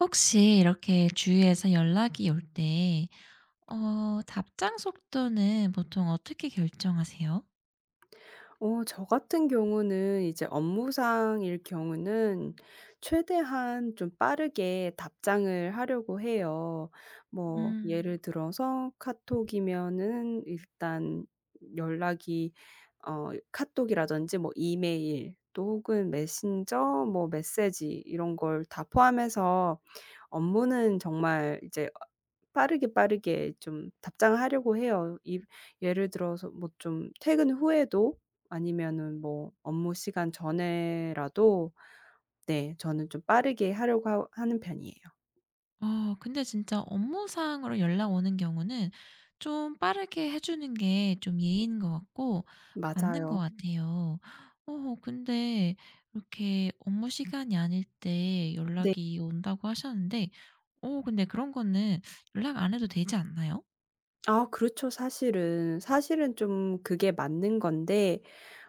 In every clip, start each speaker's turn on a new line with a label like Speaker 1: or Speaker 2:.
Speaker 1: 혹시 이렇게 주위에서 연락이 올 때 답장 속도는 보통 어떻게 결정하세요?
Speaker 2: 저 같은 경우는 이제 업무상일 경우는 최대한 좀 빠르게 답장을 하려고 해요. 뭐
Speaker 1: 음.
Speaker 2: 예를 들어서 카톡이면은 일단 연락이 카톡이라든지 뭐 이메일 또 혹은 메신저 뭐 메시지 이런 걸 다 포함해서 업무는 정말 이제 빠르게 좀 답장하려고 해요. 이 예를 들어서 뭐 좀 퇴근 후에도 아니면은 뭐 업무 시간 전에라도 네, 저는 좀 빠르게 하려고 하 하는 편이에요.
Speaker 1: 근데 진짜 업무상으로 연락 오는 경우는 좀 빠르게 해 주는 게 좀 예의인 것 같고 맞는 것
Speaker 2: 맞아요.
Speaker 1: 같아요. 근데 이렇게 업무 시간이 아닐 때
Speaker 2: 네.
Speaker 1: 연락이 온다고 하셨는데 근데 그런 거는 연락 안 해도 되지 않나요?
Speaker 2: 아, 그렇죠 사실은. 사실은 좀 그게 맞는 건데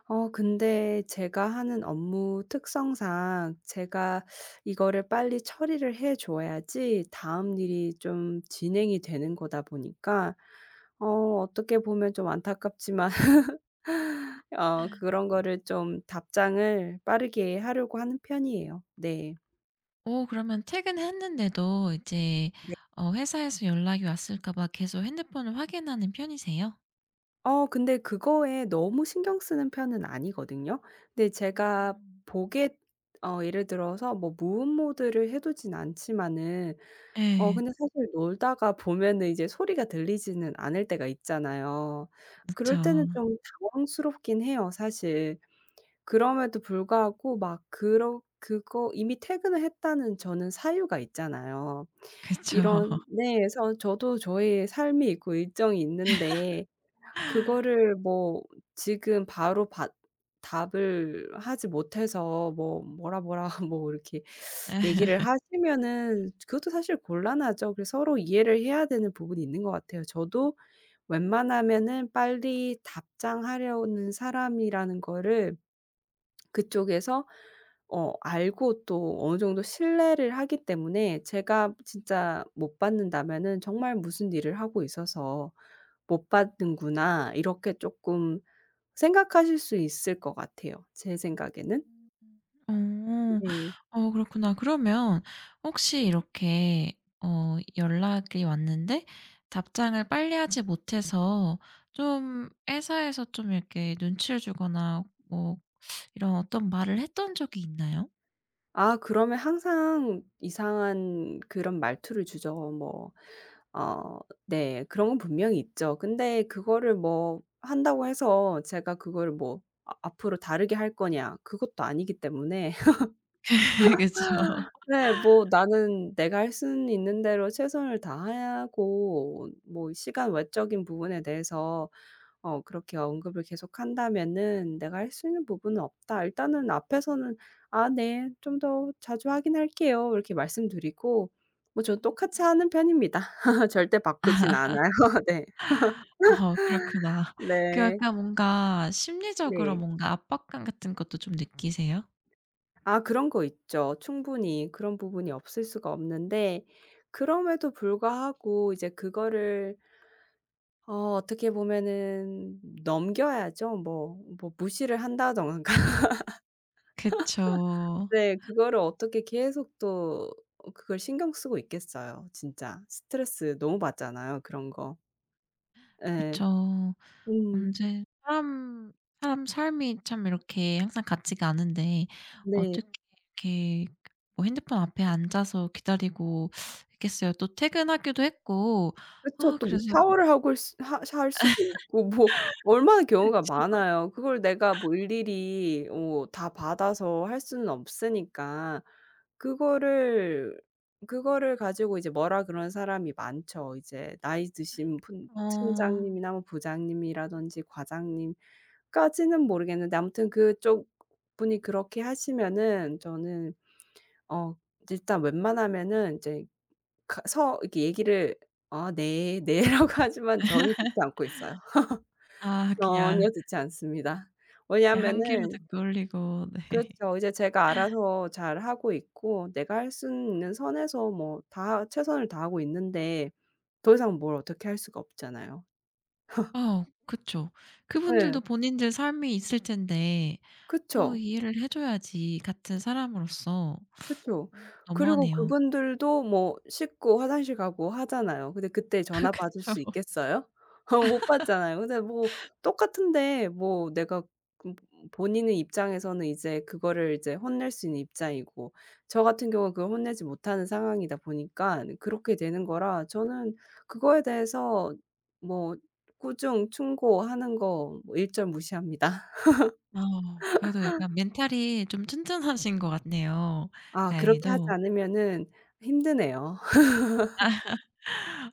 Speaker 2: 근데 제가 하는 업무 특성상 제가 이거를 빨리 처리를 해 줘야지 다음 일이 좀 진행이 되는 거다 보니까 어 어떻게 보면 좀 안타깝지만 어 그런 거를 좀 답장을 빠르게 하려고 하는 편이에요. 네.
Speaker 1: 그러면 퇴근했는데도 이제
Speaker 2: 네.
Speaker 1: 회사에서 연락이 왔을까 봐 계속 핸드폰을 확인하는 편이세요?
Speaker 2: 근데 그거에 너무 신경 쓰는 편은 아니거든요. 근데 제가
Speaker 1: 음.
Speaker 2: 보게 어 예를 들어서 뭐 무음 모드를 해 두진 않지만은
Speaker 1: 예. 렇
Speaker 2: 근데 사실 놀다가 보면은 이제 소리가 들리지는 않을 때가 있잖아요.
Speaker 1: 그쵸.
Speaker 2: 그럴 때는 좀 당황스럽긴 해요 사실. 그럼에도 불구하고 막 그러 그거 이미 퇴근을 했다는 저는 사유가 있잖아요.
Speaker 1: 그쵸.
Speaker 2: 이런 네. 그래서 저도 저의 삶이 있고 일정이 있는데 그거를 뭐 지금 바로 받 답을 하지 못해서 뭐 뭐라 뭐 이렇게 얘기를
Speaker 1: 예.
Speaker 2: 하시면은 그것도 사실 곤란하죠. 그래서 서로 이해를 해야 되는 부분이 있는 것 같아요. 저도 웬만하면은 빨리 답장하려는 사람이라는 거를 그쪽에서 어 알고 또 어느 정도 신뢰를 하기 때문에 제가 진짜 못 받는다면은 정말 '무슨 일을 하고 있어서 못 받는구나.' 이렇게 조금 생각하실 수 있을 것 같아요, 제 생각에는.
Speaker 1: 어.
Speaker 2: 네.
Speaker 1: 그렇구나. 그러면 혹시 이렇게 연락이 왔는데 답장을 빨리 하지 못해서 좀 회사에서 좀 이렇게 눈치를 주거나 뭐 이런 어떤 말을 했던 적이 있나요?
Speaker 2: 아, 그러면 항상 이상한 그런 말투를 주죠. 뭐 어 네, 그런 건 분명히 있죠. 근데 그거를 뭐 한다고 해서 제가 그거를 뭐 아 앞으로 다르게 할 거냐 그것도 아니기 때문에
Speaker 1: 그죠.
Speaker 2: 네 뭐 나는 내가 할 수는 있는 대로 최선을 다하고 뭐 시간 외적인 부분에 대해서 어 그렇게 언급을 계속한다면은 "내가 할 수 있는 부분은 없다." 일단은 앞에서는 "아 네. 좀 더 자주 확인할게요." 이렇게 말씀드리고 뭐 저는 똑같이 하는 편입니다. 절대 바꾸진
Speaker 1: 아,
Speaker 2: 않아요. 네.
Speaker 1: 그렇구나. 그
Speaker 2: 네.
Speaker 1: 약간 뭔가 심리적으로
Speaker 2: 네.
Speaker 1: 뭔가 압박감 같은 것도 좀 느끼세요?
Speaker 2: 아 그런 거 있죠. 충분히 그런 부분이 없을 수가 없는데 그럼에도 불구하고 이제 그거를 어 어떻게 보면은 넘겨야죠. 뭐 뭐 무시를 한다든가
Speaker 1: 그쵸.
Speaker 2: 네. 그거를 어떻게 계속 또 어 그걸 신경 쓰고 있겠어요 진짜. 스트레스 너무 받잖아요 그런 거. 예.
Speaker 1: 그쵸.
Speaker 2: 음.
Speaker 1: 언제 사람 삶이 참 이렇게 항상 같지가 않은데
Speaker 2: 네.
Speaker 1: 어떻게 이렇게 뭐 핸드폰 앞에 앉아서 기다리고 있겠어요. 또 퇴근하기도 했고
Speaker 2: 그쵸.
Speaker 1: 아
Speaker 2: 또 뭐
Speaker 1: 그래서
Speaker 2: 샤워를 하고 올 수 하 할 수도 있고 뭐 얼마나 경우가
Speaker 1: 그쵸.
Speaker 2: 많아요. 그걸 내가 뭐 일일이 어 다 받아서 할 수는 없으니까 그거를 그거를 가지고 이제 뭐라 그러는 사람이 많죠. 이제 나이 드신 분
Speaker 1: 어.
Speaker 2: 팀장님이나 뭐 부장님이라든지 과장님 까지는 모르겠는데 아무튼 그쪽 분이 그렇게 하시면은 저는 어 일단 웬만하면은 제가 서 이렇게 얘기를 아 "네, 네."라고 하지만 전혀 듣지 않고 있어요.
Speaker 1: 아 그냥,
Speaker 2: 전혀 듣지 않습니다.
Speaker 1: 그냥 한 귀로
Speaker 2: 왜냐하면은
Speaker 1: 듣고 올리고 네.
Speaker 2: 그렇죠. 이제 제가 알아서 잘하고 있고 내가 할 수 있는 선에서 뭐 다 최선을 다하고 있는데 더 이상 뭘 어떻게 할 수가 없잖아요.
Speaker 1: 그쵸.
Speaker 2: 예.
Speaker 1: 그분들도 본인들 삶이 있을 텐데
Speaker 2: 그쵸.
Speaker 1: 이해를 해 줘야지 같은 사람으로서.
Speaker 2: 그쵸.
Speaker 1: 어
Speaker 2: 그리고
Speaker 1: 너무하네요.
Speaker 2: 그분들도 뭐 씻고 화장실 가고 하잖아요. 근데 그때 전화 받을
Speaker 1: 그쵸.
Speaker 2: 수 있겠어요? 못 받잖아요. 근데 뭐 똑같은데 뭐 내가 그 본인의 입장에서는 이제 그거를 이제 혼낼 수 있는 입장이고 저 같은 경우는 그걸 혼내지 못하는 상황이다 보니까 그렇게 되는 거라 저는 그거에 대해서 뭐 꾸중, 충고하는 거뭐 일절 무시합니다.
Speaker 1: 그래도 약간 멘탈이 좀 튼튼하신 것 같네요
Speaker 2: 아 그렇게 하지
Speaker 1: 다행히도.
Speaker 2: 않으면은 힘드네요.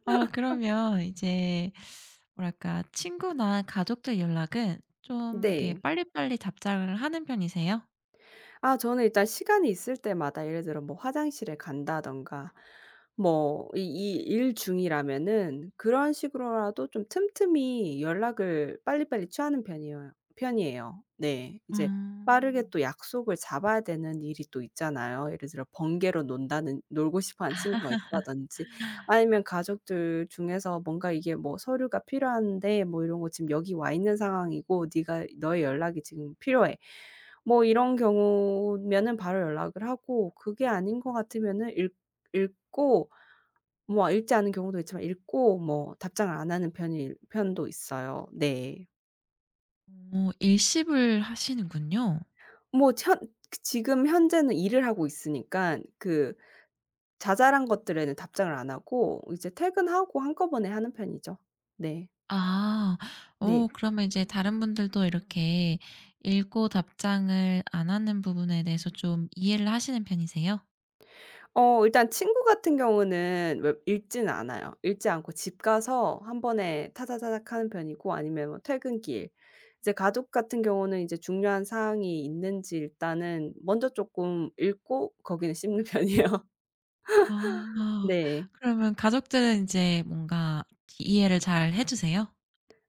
Speaker 1: 아 그러면 이제 뭐랄까 친구나 가족들 연락은 좀 이렇게
Speaker 2: 네.
Speaker 1: 빨리빨리 답장을 하는 편이세요?
Speaker 2: 아 저는 일단 시간이 있을 때마다 예를 들어 뭐 화장실에 간다든가 뭐 이 이 일 중이라면은 그런 식으로라도 좀 틈틈이 연락을 빨리빨리 취하는 편이에요. 네. 이제 빠르게
Speaker 1: 음.
Speaker 2: 또 약속을 잡아야 되는 일이 또 있잖아요. 예를 들어 번개로 논다는 놀고 싶어 하는 친구가 있다든지 아니면 가족들 중에서 뭔가 이게 뭐 "서류가 필요한데 뭐 이런 거 지금 여기 와 있는 상황이고 네가 너의 연락이 지금 필요해." 뭐 이런 경우면은 바로 연락을 하고 그게 아닌 것 같으면은 읽 읽고 뭐 읽지 않은 경우도 있지만 읽고 뭐 답장을 안 하는 편일 편도 있어요. 네.
Speaker 1: 일십을 하시는군요.
Speaker 2: 뭐 현 그 지금 현재는 일을 하고 있으니깐 그 자잘한 것들에는 답장을 안 하고 이제 퇴근하고 한꺼번에 하는 편이죠. 네.
Speaker 1: 아.
Speaker 2: 네.
Speaker 1: 그러면 이제 다른 분들도 이렇게 읽고 답장을 안 하는 부분에 대해서 좀 이해를 하시는 편이세요?
Speaker 2: 어 일단 친구 같은 경우는 왜 읽지는 않아요. 읽지 않고 집 가서 한 번에 타다다닥 하는 편이고 아니면 뭐 퇴근길. 이제 가족 같은 경우는 이제 중요한 사항이 있는지 일단은 먼저 쪼끔 읽고 거기는 씹는 편이에요.
Speaker 1: 아.
Speaker 2: 네.
Speaker 1: 그러면 가족들은 이제 뭔가 이해를 잘 해 주세요?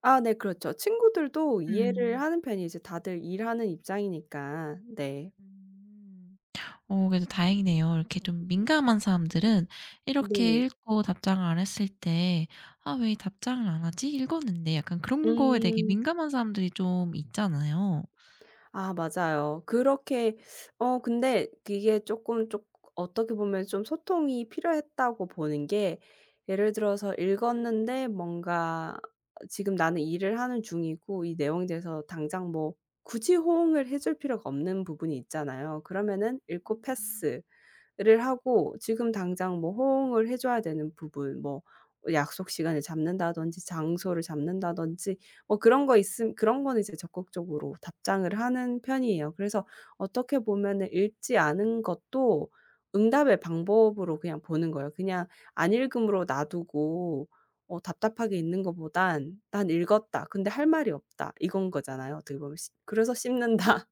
Speaker 2: 아 네 그렇죠. 친구들도 이해를
Speaker 1: 음.
Speaker 2: 하는 편이 이제 다들 일하는 입장이니까. 네.
Speaker 1: 음. 그래도 다행이네요. 이렇게 좀 민감한 사람들은
Speaker 2: 네.
Speaker 1: 이렇게 읽고 답장을 안 했을 때 '아 왜 답장을 안 하지? 읽었는데.' 약간 그런 거에 되게
Speaker 2: 음.
Speaker 1: 민감한 사람들이 좀 있잖아요.
Speaker 2: 아 맞아요. 그렇게 어 근데 그게 쪼끔 쪼 어떻게 보면 좀 소통이 필요했다고 보는 게 예를 들어서 읽었는데 뭔가 지금 나는 일을 하는 중이고 이 내용에 대해서 당장 뭐 굳이 호응을 해줄 필요가 없는 부분이 있잖아요. 그러면은 읽고 패스. 를 하고 지금 당장 뭐 호응을 해 줘야 되는 부분 뭐 약속 시간을 잡는다든지 장소를 잡는다든지 뭐 그런 거 있음 그런 거는 이제 적극적으로 답장을 하는 편이에요. 그래서 어떻게 보면은 읽지 않은 것도 응답의 방법으로 그냥 보는 거예요. 그냥 안 읽음으로 놔두고 어 답답하게 있는 것보단 '난 읽었다. 근데 할 말이 없다.' 이건 거잖아요, 어떻게 보면. 씹 그래서 씹는다.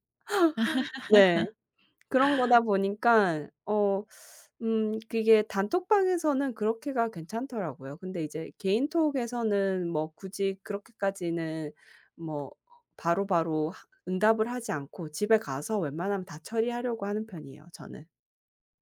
Speaker 2: 네. 그런 거다 보니까 어 그게 단톡방에서는 그렇게가 괜찮더라고요. 근데 이제 개인톡에서는 뭐 굳이 그렇게까지는 뭐 바로바로 하 응답을 하지 않고 집에 가서 웬만하면 다 처리하려고 하는 편이에요 저는.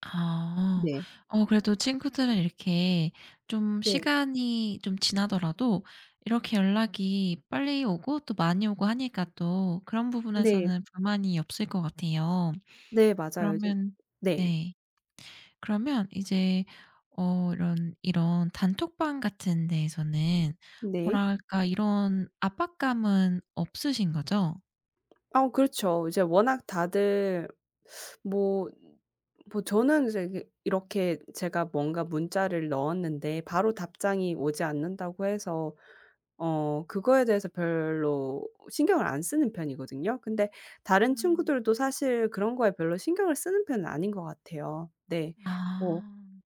Speaker 1: 아.
Speaker 2: 네.
Speaker 1: 그래도 친구들은 이렇게 좀
Speaker 2: 네.
Speaker 1: 시간이 좀 지나더라도 이렇게 연락이 빨리 오고 또 많이 오고 하니까 또 그런
Speaker 2: 네.
Speaker 1: 부분에서는 불만이 없을 것 같아요.
Speaker 2: 네 맞아요. 이제
Speaker 1: 그러면
Speaker 2: 네.
Speaker 1: 네. 그러면 이제 이런 단톡방 같은 데에서는
Speaker 2: 네.
Speaker 1: 뭐랄까 이런 압박감은 없으신 거죠?
Speaker 2: 아 그렇죠. 이제 워낙 다들 뭐 뭐 저는 이제 이게 이렇게 제가 뭔가 문자를 넣었는데 바로 답장이 오지 않는다고 해서 어 그거에 대해서 별로 신경을 안 쓰는 편이거든요. 근데 다른
Speaker 1: 음.
Speaker 2: 친구들도 사실 그런 거에 별로 신경을 쓰는 편은 아닌 것 같아요. 네. 뭐
Speaker 1: 아.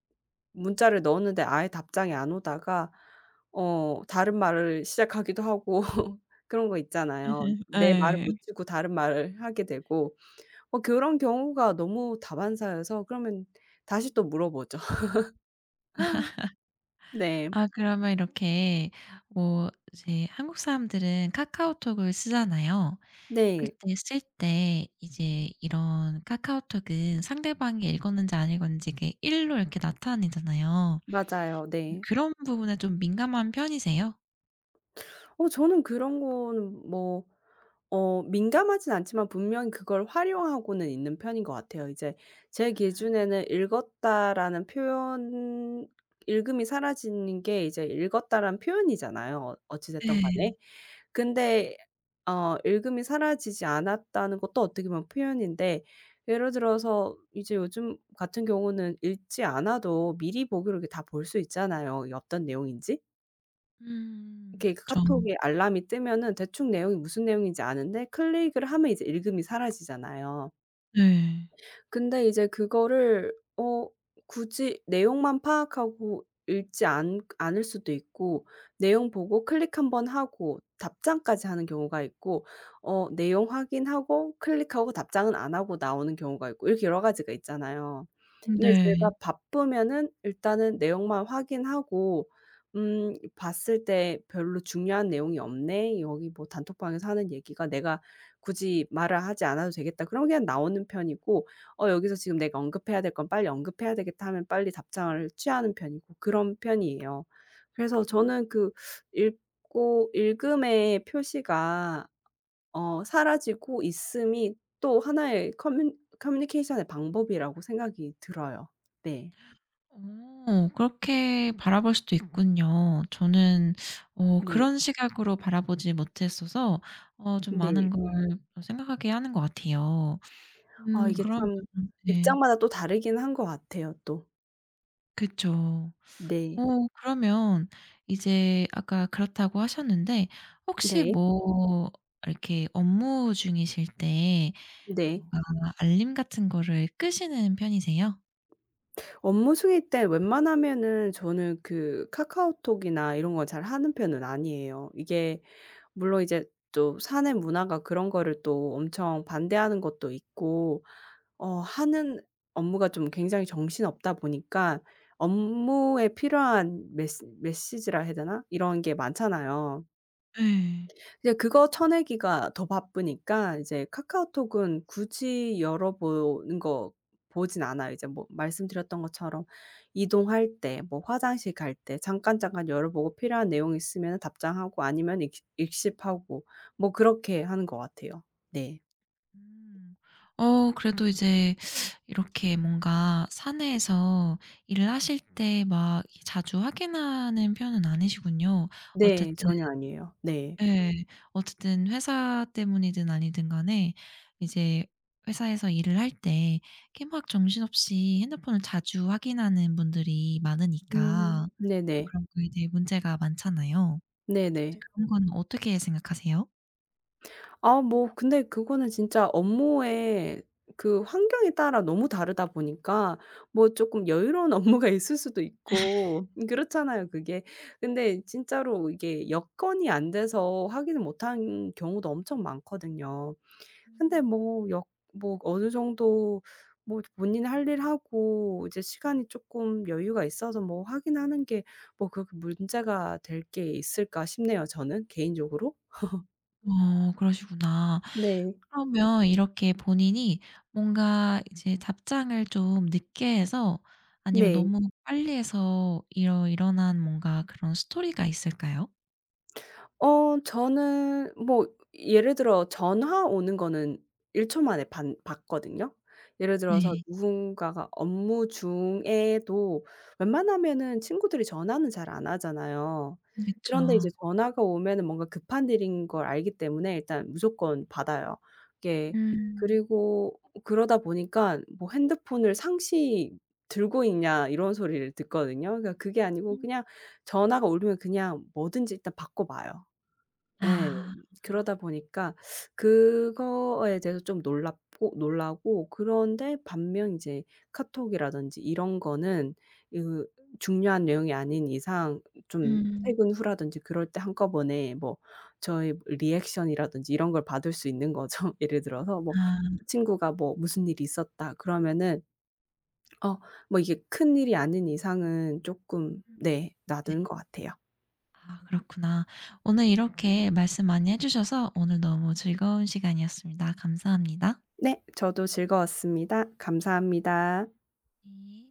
Speaker 2: 문자를 넣었는데 아예 답장이 안 오다가 어 다른 말을 시작하기도 하고 그런 거 있잖아요. 내 말을
Speaker 1: 네
Speaker 2: 묻히고 다른 말을 하게 되고 어 그런 경우가 너무 다반사여서 그러면 다시 또 물어보죠. 네.
Speaker 1: 아 그러면 이렇게 뭐 이제 한국 사람들은 카카오톡을 쓰잖아요.
Speaker 2: 네.
Speaker 1: 그때 쓸 때 이제 이런 카카오톡은 상대방이 읽었는지 안 읽었는지 이게1 로 이렇게 나타내잖아요.
Speaker 2: 맞아요. 네.
Speaker 1: 그런 부분에 좀 민감한 편이세요?
Speaker 2: 어 저는 그런 거는 뭐 어 민감하진 않지만 분명히 그걸 활용하고는 있는 편인 것 같아요. 이제 제
Speaker 1: 아.
Speaker 2: 기준에는 읽었다라는 표현 읽음이 사라지는 게 이제 읽었다라는 표현이잖아요, 어찌 됐든
Speaker 1: 네.
Speaker 2: 간에. 근데 어 읽음이 사라지지 않았다는 것도 어떻게 보면 표현인데 예를 들어서 이제 요즘 같은 경우는 읽지 않아도 미리 보기로 이렇게 다 볼 수 있잖아요, 이게 어떤 내용인지. 이렇게 그
Speaker 1: 그쵸.
Speaker 2: 카톡에 알람이 뜨면은 대충 내용이 무슨 내용인지 아는데 클릭을 하면 이제 읽음이 사라지잖아요.
Speaker 1: 네.
Speaker 2: 근데 이제 그거를 어 굳이 내용만 파악하고 읽지 않 않을 수도 있고 내용 보고 클릭 한 번 하고 답장까지 하는 경우가 있고 어 내용 확인하고 클릭하고 답장은 안 하고 나오는 경우가 있고 이렇게 여러 가지가 있잖아요. 근데 제가
Speaker 1: 네.
Speaker 2: 바쁘면은 일단은 내용만 확인하고 봤을 때 '별로 중요한 내용이 없네. 여기 뭐 단톡방에서 하는 얘기가 내가 굳이 말을 하지 않아도 되겠다.' 그럼 그냥 나오는 편이고 어 여기서 지금 내가 언급해야 될 건 빨리 언급해야 되겠다 하면 빨리 답장을 취하는 편이고 그런 편이에요. 그래서 저는 그 읽고 읽음의 표시가 어 사라지고 있음이 또 하나의 커뮤니케이션의 방법이라고 생각이 들어요. 네.
Speaker 1: 그렇게 바라볼 수도 있군요. 저는
Speaker 2: 네.
Speaker 1: 그런 시각으로 바라보지 못했어서 좀
Speaker 2: 네.
Speaker 1: 많은 걸 생각하게 하는 것 같아요.
Speaker 2: 아 이게
Speaker 1: 그러면
Speaker 2: 참
Speaker 1: 네.
Speaker 2: 입장마다 또 다르긴 한 것 같아요 또.
Speaker 1: 그쵸.
Speaker 2: 네.
Speaker 1: 그러면 이제 아까 그렇다고 하셨는데 혹시
Speaker 2: 네.
Speaker 1: 뭐 이렇게 업무 중이실 때
Speaker 2: 네.
Speaker 1: 뭔가 알림 같은 거를 끄시는 편이세요?
Speaker 2: 업무 승인 때 웬만하면은 저는 그 카카오톡이나 이런 걸 잘 하는 편은 아니에요. 이게 물론 이제 또 사내 문화가 그런 거를 또 엄청 반대하는 것도 있고 어 하는 업무가 좀 굉장히 정신없다 보니까 업무에 필요한 메시지라 해야 되나? 이런 게 많잖아요.
Speaker 1: 네
Speaker 2: 이제 그거 쳐내기가 더 바쁘니까 이제 카카오톡은 굳이 열어보는 거 보진 않아요. 이제 뭐 말씀드렸던 것처럼 이동할 때 뭐 화장실 갈 때 잠깐 열어보고 필요한 내용 있으면 답장하고 아니면 익 읽씹하고 뭐 그렇게 하는 것 같아요. 네.
Speaker 1: 음. 그래도 이제 이렇게 뭔가 사내에서 일을 하실 때 막 자주 확인하는 편은 아니시군요.
Speaker 2: 네.
Speaker 1: 어쨌든
Speaker 2: 전혀 아니에요. 네.
Speaker 1: 예. 어쨌든 회사 때문이든 아니든 간에 이제 회사에서 일을 할 때 이렇게 막 정신없이 핸드폰을 자주 확인하는 분들이
Speaker 2: 음.
Speaker 1: 많으니까
Speaker 2: 네네.
Speaker 1: 그런 거에 대해 문제가 많잖아요.
Speaker 2: 네네.
Speaker 1: 그런 건 어떻게 생각하세요?
Speaker 2: 아 뭐 근데 그거는 진짜 업무의 그 환경에 따라 너무 다르다 보니까 뭐 조금 여유로운 업무가 있을 수도 있고 그렇잖아요 그게. 근데 진짜로 이게 여건이 안 돼서 확인을 못한 경우도 엄청 많거든요. 근데
Speaker 1: 음.
Speaker 2: 뭐 어느 정도 뭐 본인 할 일 하고 이제 시간이 조금 여유가 있어서 뭐 확인하는 게 뭐 그렇게 문제가 될 게 있을까 싶네요 저는 개인적으로.
Speaker 1: 그러시구나.
Speaker 2: 네.
Speaker 1: 그러면 이렇게 본인이 뭔가 이제 답장을 좀 늦게 해서 아니면
Speaker 2: 네.
Speaker 1: 너무 빨리 해서 일어난 뭔가 그런 스토리가 있을까요?
Speaker 2: 어 저는 뭐 예를 들어 전화 오는 거는 1초 만에 반 받거든요. 예를 들어서
Speaker 1: 네.
Speaker 2: 누군가가 업무 중에도 웬만하면은 친구들이 전화는 잘 안 하잖아요.
Speaker 1: 그쵸.
Speaker 2: 그런데 이제 전화가 오면은 뭔가 급한 일인 걸 알기 때문에 일단 무조건 받아요. 이게
Speaker 1: 음.
Speaker 2: 그리고 그러다 보니까 뭐 "핸드폰을 상시 들고 있냐." 이런 소리를 듣거든요. 그러니까 그게 아니고 그냥 전화가 울리면 그냥 뭐든지 일단 받고 봐요. 예.
Speaker 1: 아.
Speaker 2: 그러다 보니까 그거에 대해서 좀 놀랍고 놀라고 그런데 반면 이제 카톡이라든지 이런 거는 으 중요한 내용이 아닌 이상 좀
Speaker 1: 음.
Speaker 2: 퇴근 후라든지 그럴 때 한꺼번에 뭐 저의 리액션이라든지 이런 걸 받을 수 있는 거죠. 예를 들어서 뭐
Speaker 1: 아.
Speaker 2: 친구가 뭐 "무슨 일이 있었다." 그러면은 어 뭐 이게 큰일이 아닌 이상은 쪼끔 네
Speaker 1: 네.
Speaker 2: 놔두는 것 같아요.
Speaker 1: 아 그렇구나. 오늘 이렇게 말씀 많이 해 주셔서 오늘 너무 즐거운 시간이었습니다. 감사합니다.
Speaker 2: "네. 저도 즐거웠습니다. 감사합니다."
Speaker 1: 네.